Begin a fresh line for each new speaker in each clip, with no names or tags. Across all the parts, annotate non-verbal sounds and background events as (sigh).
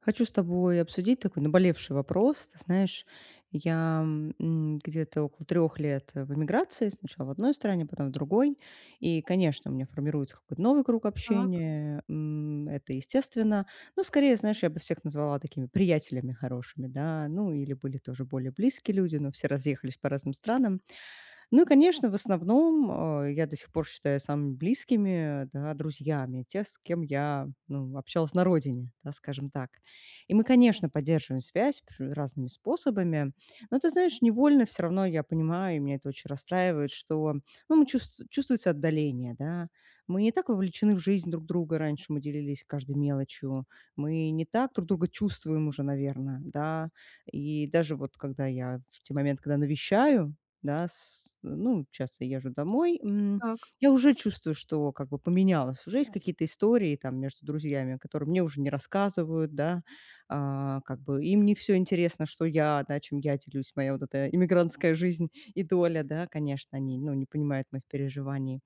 Хочу с тобой обсудить такой наболевший вопрос. Ты знаешь, я где-то около трех лет в эмиграции, сначала в одной стране, потом в другой. И, конечно, у меня формируется какой-то новый круг
Так,
общения, это естественно. Но скорее, знаешь, я бы всех назвала такими приятелями хорошими, да, ну или были тоже более близкие люди, но все разъехались по разным странам. Ну и, конечно, в основном, я до сих пор считаю самыми близкими, да, друзьями, те, с кем я, ну, общалась на родине, да, скажем так. И мы, конечно, поддерживаем связь разными способами, но ты знаешь, невольно все равно я понимаю, и меня это очень расстраивает, что, ну, мы чувствуется отдаление, да. Мы не так вовлечены в жизнь друг друга раньше, мы делились каждой мелочью, мы не так друг друга чувствуем уже, наверное, да. И даже вот когда я в те моменты, когда навещаю, да, с ну, часто езжу домой.
так.
Я уже чувствую, что как бы поменялось. Уже есть какие-то истории там между друзьями, которые мне уже не рассказывают, да. А, как бы им не все интересно, что я, да, чем я делюсь, моя вот эта иммигрантская жизнь и доля, да, конечно, они, ну, не понимают моих переживаний.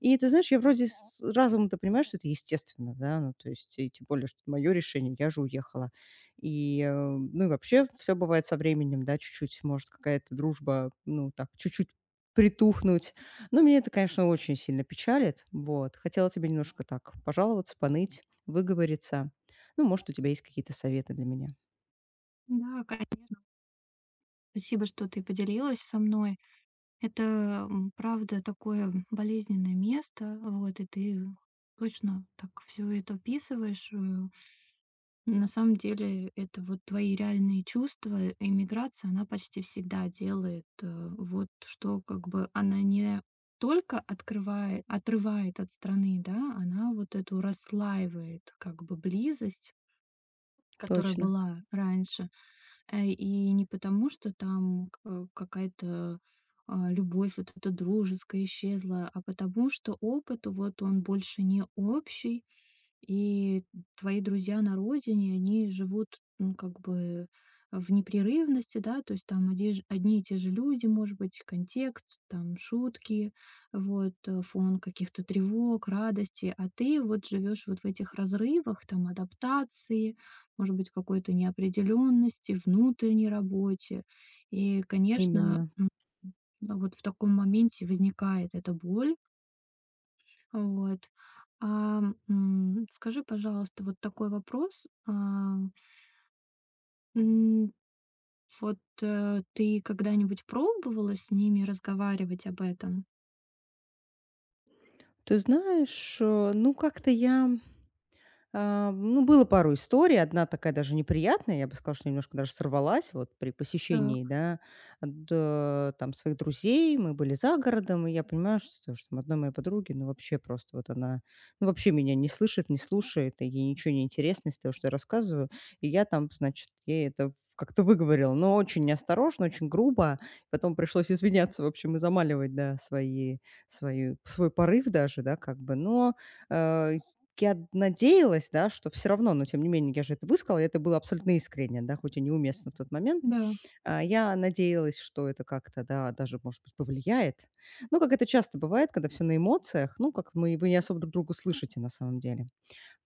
И ты знаешь, я вроде с разумом-то понимаю, что это естественно, да, ну, то есть, и тем более, что это моё решение, я же уехала. И, ну, и вообще все бывает со временем, да, чуть-чуть может какая-то дружба, ну, так, чуть-чуть притухнуть. Но меня это, конечно, очень сильно печалит. Вот. Хотела тебе немножко так пожаловаться, поныть, выговориться. Ну, может, у тебя есть какие-то советы для меня?
Да, конечно. Спасибо, что ты поделилась со мной. Это, правда, такое болезненное место, вот, и ты точно так все это описываешь. На самом деле это вот твои реальные чувства. Иммиграция, она почти всегда делает, вот что, как бы, она не только открывает, отрывает от страны, да, она вот эту расслаивает, как бы, близость, которая
Точно,
была раньше. Э, и не потому, что там к какая-то, любовь вот эта дружеская исчезла, а потому что опыт вот он больше не общий, и твои друзья на родине, они живут, ну, как бы в непрерывности, да, то есть там оди одни и те же люди, может быть, контекст, там шутки, вот, фон каких-то тревог, радости, а ты вот живешь вот в этих разрывах, там адаптации, может быть, какой-то неопределенности, внутренней работе. И, конечно,
именно.
ну, вот в таком моменте возникает эта боль. Вот. А, Скажи, пожалуйста, вот такой вопрос. М, Ты когда-нибудь пробовала с ними разговаривать об этом?
Ты знаешь, ну, как-то я. А, ну, было пару историй. Одна такая даже неприятная, я бы сказала, что немножко даже сорвалась вот при посещении,
Так,
да, там своих друзей. Мы были за городом, и я понимаю, что, что там одной моей подруги, ну, вообще просто вот она, ну, вообще меня не слышит, не слушает, и ей ничего не интересно из того, что я рассказываю. И я там, значит, ей это как-то выговорила, но очень неосторожно, очень грубо. Потом пришлось извиняться, в общем, и замаливать, да, свой порыв даже, да, как бы. Но э, я надеялась, да, что все равно, но тем не менее я же это высказала, и это было абсолютно искренне, да, хоть и неуместно в тот момент.
да,
А, я надеялась, что это как-то, да, даже, может быть, повлияет. Ну, как это часто бывает, когда все на эмоциях, ну, как мы вы не особо друг друга слышите на самом деле.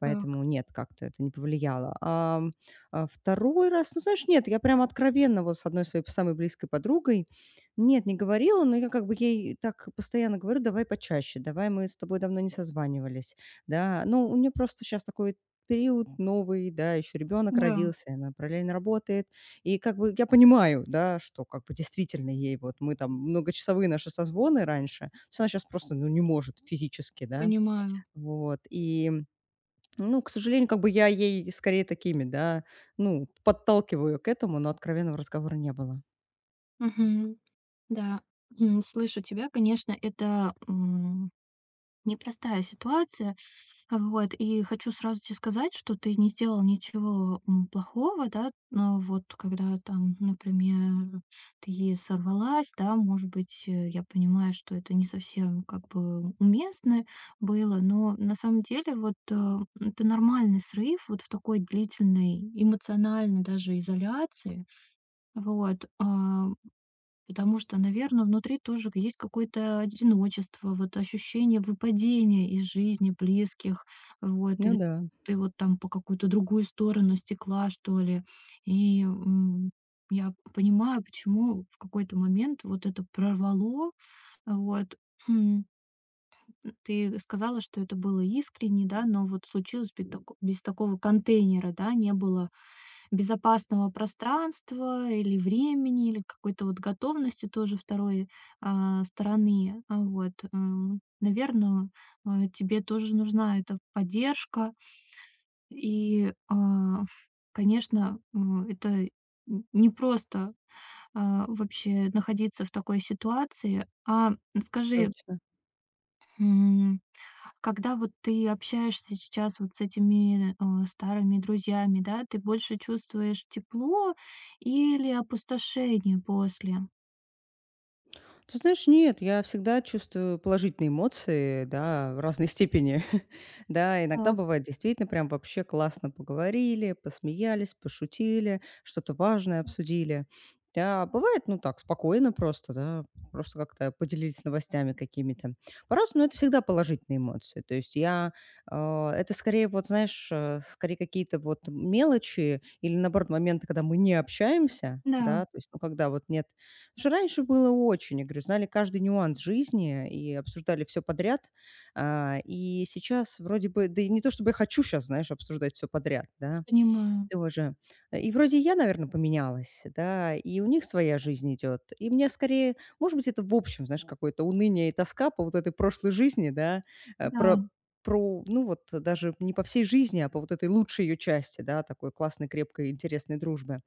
так,
Поэтому нет, как-то это не повлияло. 2-й раз, ну, знаешь, нет, я прям откровенно вот с одной своей самой близкой подругой, нет, не говорила, но я как бы ей так постоянно говорю: "Давай почаще, давай, мы с тобой давно не созванивались". Да, ну, у нее просто сейчас такой период новый, да, еще ребенок
да,
родился, и она параллельно работает. И как бы я понимаю, да, что как бы действительно ей вот мы там многочасовые наши созвоны раньше, то есть она сейчас просто, ну, не может физически, да.
понимаю.
Вот, и ну, к сожалению, как бы я ей скорее такими, да, ну, подталкиваю к этому, но откровенного разговора не было.
Мгм, да. М, слышу тебя. Конечно, это, непростая ситуация. Вот, и хочу сразу тебе сказать, что ты не сделал ничего, плохого, да. Но вот когда там, например, ты сорвалась, да, может быть, я понимаю, что это не совсем как бы уместно было, но на самом деле вот, это нормальный срыв вот в такой длительной эмоциональной даже изоляции. Вот. Потому что, наверное, внутри тоже есть какое-то одиночество, вот ощущение выпадения из жизни близких, вот,
Ну
или
да,
ты вот там по какую-то другую сторону стекла, что ли. И, я понимаю, почему в какой-то момент вот это прорвало. Вот, хм, ты сказала, что это было искренне, да, но вот случилось бе тако без такого контейнера, да, не было безопасного пространства или времени, или какой-то вот готовности тоже второй, стороны. А, вот, наверное тебе тоже нужна эта поддержка. И, а, Конечно, это не просто вообще находиться в такой ситуации. А скажи,
точно.
м когда вот ты общаешься сейчас вот с этими, старыми друзьями, да, ты больше чувствуешь тепло или опустошение после?
Ты знаешь, нет, я всегда чувствую положительные эмоции, да, в разной степени. (laughs) Да, иногда
Так,
бывает действительно прям вообще классно поговорили, посмеялись, пошутили, что-то важное обсудили. Да, бывает, ну так, спокойно просто, да, просто как-то поделились новостями какими-то. По-разному, но это всегда положительные эмоции. То есть я, а, это скорее вот, знаешь, скорее какие-то вот мелочи или, наоборот, моменты, когда мы не общаемся,
да,
да, то есть, ну, когда вот нет. Слушай, раньше было очень, я говорю, знали каждый нюанс жизни и обсуждали все подряд. А, и сейчас вроде бы, да и не то чтобы я хочу сейчас, знаешь, обсуждать все подряд, да,
понимаю.
тоже. И вроде я, наверное, поменялась, да, и у них своя жизнь идет, и мне скорее, может быть, это в общем, знаешь, какое-то уныние и тоска по вот этой прошлой жизни, да, э,
Да,
про ну, вот даже не по всей жизни, а по вот этой лучшей ее части, да, такой классной, крепкой, интересной дружбы.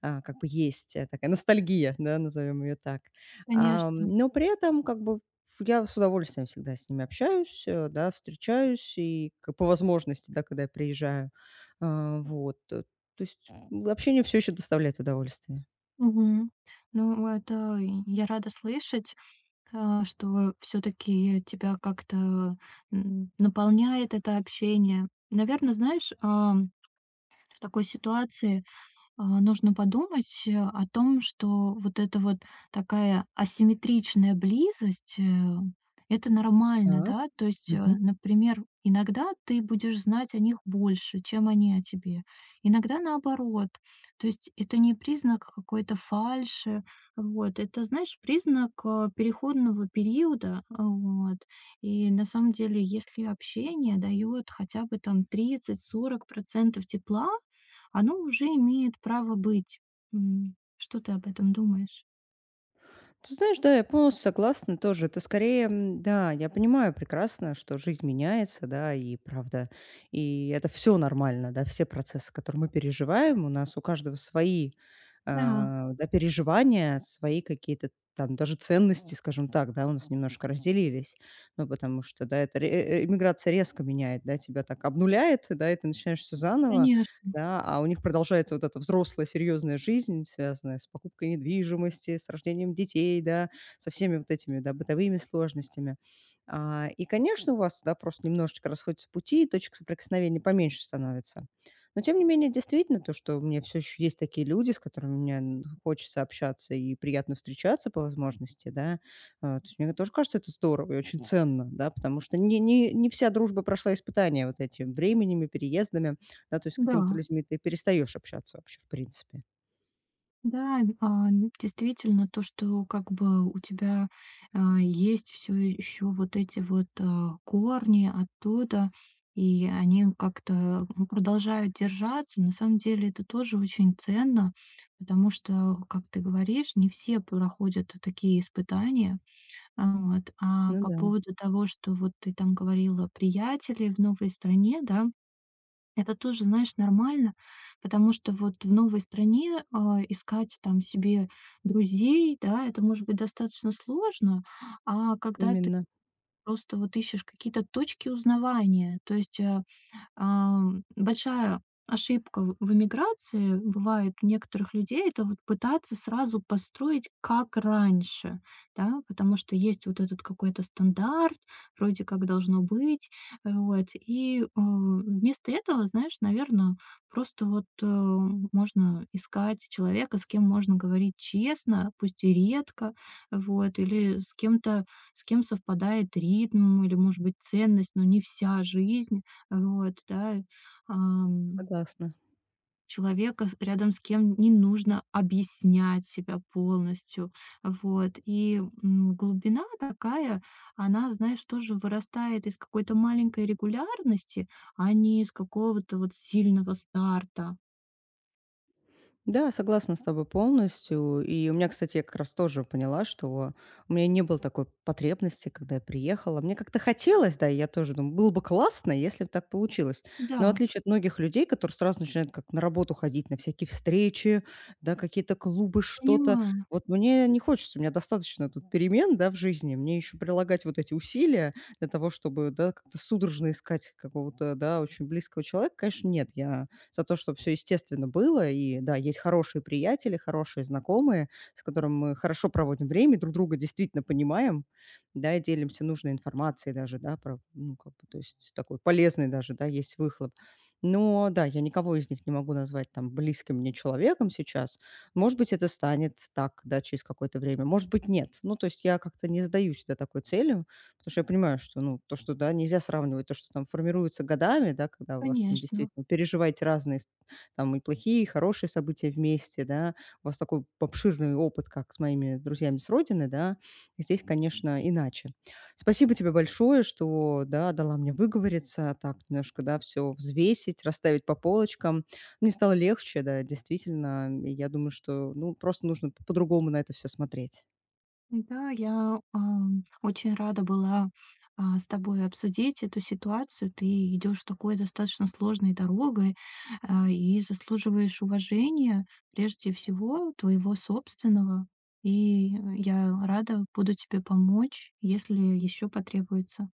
А, как бы есть, такая ностальгия, да, назовем ее так.
конечно.
Но при этом как бы я с удовольствием всегда с ними общаюсь, да, встречаюсь и к по возможности, да, когда я приезжаю. А, вот, то есть, общение все еще доставляет удовольствие.
Мгм. Ну, это я рада слышать, что все таки тебя как-то наполняет это общение. Наверное, знаешь, ам, в такой ситуации нужно подумать, о том, что вот эта вот такая асимметричная близость, это нормально,
Так.
да. То есть, например, иногда ты будешь знать о них больше, чем они о тебе. Иногда наоборот. То есть это не признак какой-то фальши. Вот. Это, знаешь, признак, переходного периода. А, вот. И на самом деле, если общение даёт хотя бы там 30-40% тепла, оно уже имеет право быть. М, что ты об этом думаешь?
Ты знаешь, да, я полностью согласна тоже. Это скорее, да, я понимаю прекрасно, что жизнь меняется, да, и правда, и это все нормально, да, все процессы, которые мы переживаем, у нас у каждого свои,
Да,
а, да, переживания, свои какие-то там даже ценности, скажем так, да, у нас немножко разделились, ну, потому что, да, это иммиграция резко меняет, да, тебя так обнуляет, да, и ты начинаешь все заново,
конечно.
да, а у них продолжается вот эта взрослая серьезная жизнь, связанная с покупкой недвижимости, с рождением детей, да, со всеми вот этими, да, бытовыми сложностями. А, и, конечно, у вас, да, просто немножечко расходятся пути, и точек соприкосновения поменьше становится. Но, тем не менее, действительно, то, что у меня все еще есть такие люди, с которыми мне хочется общаться и приятно встречаться по возможности, да, а, то есть мне тоже кажется, это здорово и очень ценно, да, потому что не вся дружба прошла испытания вот этими временем и переездами. Да, то есть с
Да,
какими-то людьми ты перестаешь общаться вообще, в принципе.
да, действительно, то, что как бы у тебя есть все еще вот эти вот корни оттуда, и они как-то, ну, продолжают держаться, на самом деле это тоже очень ценно, потому что, как ты говоришь, не все проходят такие испытания. А, вот. А
Ну
по
да,
поводу того, что вот ты там говорила, приятели в новой стране, да, это тоже, знаешь, нормально, потому что вот в новой стране, искать там себе друзей, да, это может быть достаточно сложно, а когда ты
именно,
просто вот ищешь какие-то точки узнавания, то есть, ам, большая ошибка в эмиграции бывает у некоторых людей - это вот пытаться сразу построить как раньше, да, потому что есть вот этот какой-то стандарт, вроде как должно быть. Вот, и, вместо этого, знаешь, наверное, просто вот, можно искать человека, с кем можно говорить честно, пусть и редко, вот, или с кем-то, с кем совпадает ритм или, может быть, ценность, но не вся жизнь. Вот, да. Ам,
согласна.
человека, рядом с кем не нужно объяснять себя полностью. Вот. И, глубина такая, она, знаешь, тоже вырастает из какой-то маленькой регулярности, а не из какого-то вот сильного старта.
Да, согласна с тобой полностью. И у меня, кстати, я как раз тоже поняла, что у меня не было такой потребности, когда я приехала. Мне как-то хотелось, да, и я тоже думаю, было бы классно, если бы так получилось.
Да,
Но в отличие от многих людей, которые сразу начинают как на работу ходить, на всякие встречи, да, какие-то клубы, что-то.
понимаю,
Вот мне не хочется, у меня достаточно тут перемен, да, в жизни. Мне еще прилагать вот эти усилия для того, чтобы, да, как-то судорожно искать какого-то, да, очень близкого человека. Конечно, нет, я за то, что все естественно было. И да, есть хорошие приятели, хорошие знакомые, с которыми мы хорошо проводим время, друг друга действительно понимаем, да, и делимся нужной информацией даже, да, про, ну, как бы, то есть такой полезный даже, да, есть выхлоп. Но да, я никого из них не могу назвать там близким мне человеком сейчас. Может быть, это станет так, да, через какое-то время, может быть, нет. Ну, то есть я как-то не сдаюсь до такой цели. Потому что я понимаю, что, ну, то, что, да, нельзя сравнивать то, что там формируется годами, да, когда у вас там
конечно.
действительно переживаете разные там и плохие, и хорошие события вместе, да, у вас такой обширный опыт, как с моими друзьями с родины, да, здесь, конечно, иначе. Спасибо тебе большое, что, да, дала мне выговориться, так немножко, да, все взвесить, расставить по полочкам. Мне стало легче, да, действительно, и я думаю, что, ну, просто нужно по-другому на это все смотреть.
Да, я, ам, очень рада была с тобой обсудить эту ситуацию. Ты идешь такой достаточно сложной дорогой, и заслуживаешь уважения, прежде всего, твоего собственного. И я рада буду тебе помочь, если еще потребуется.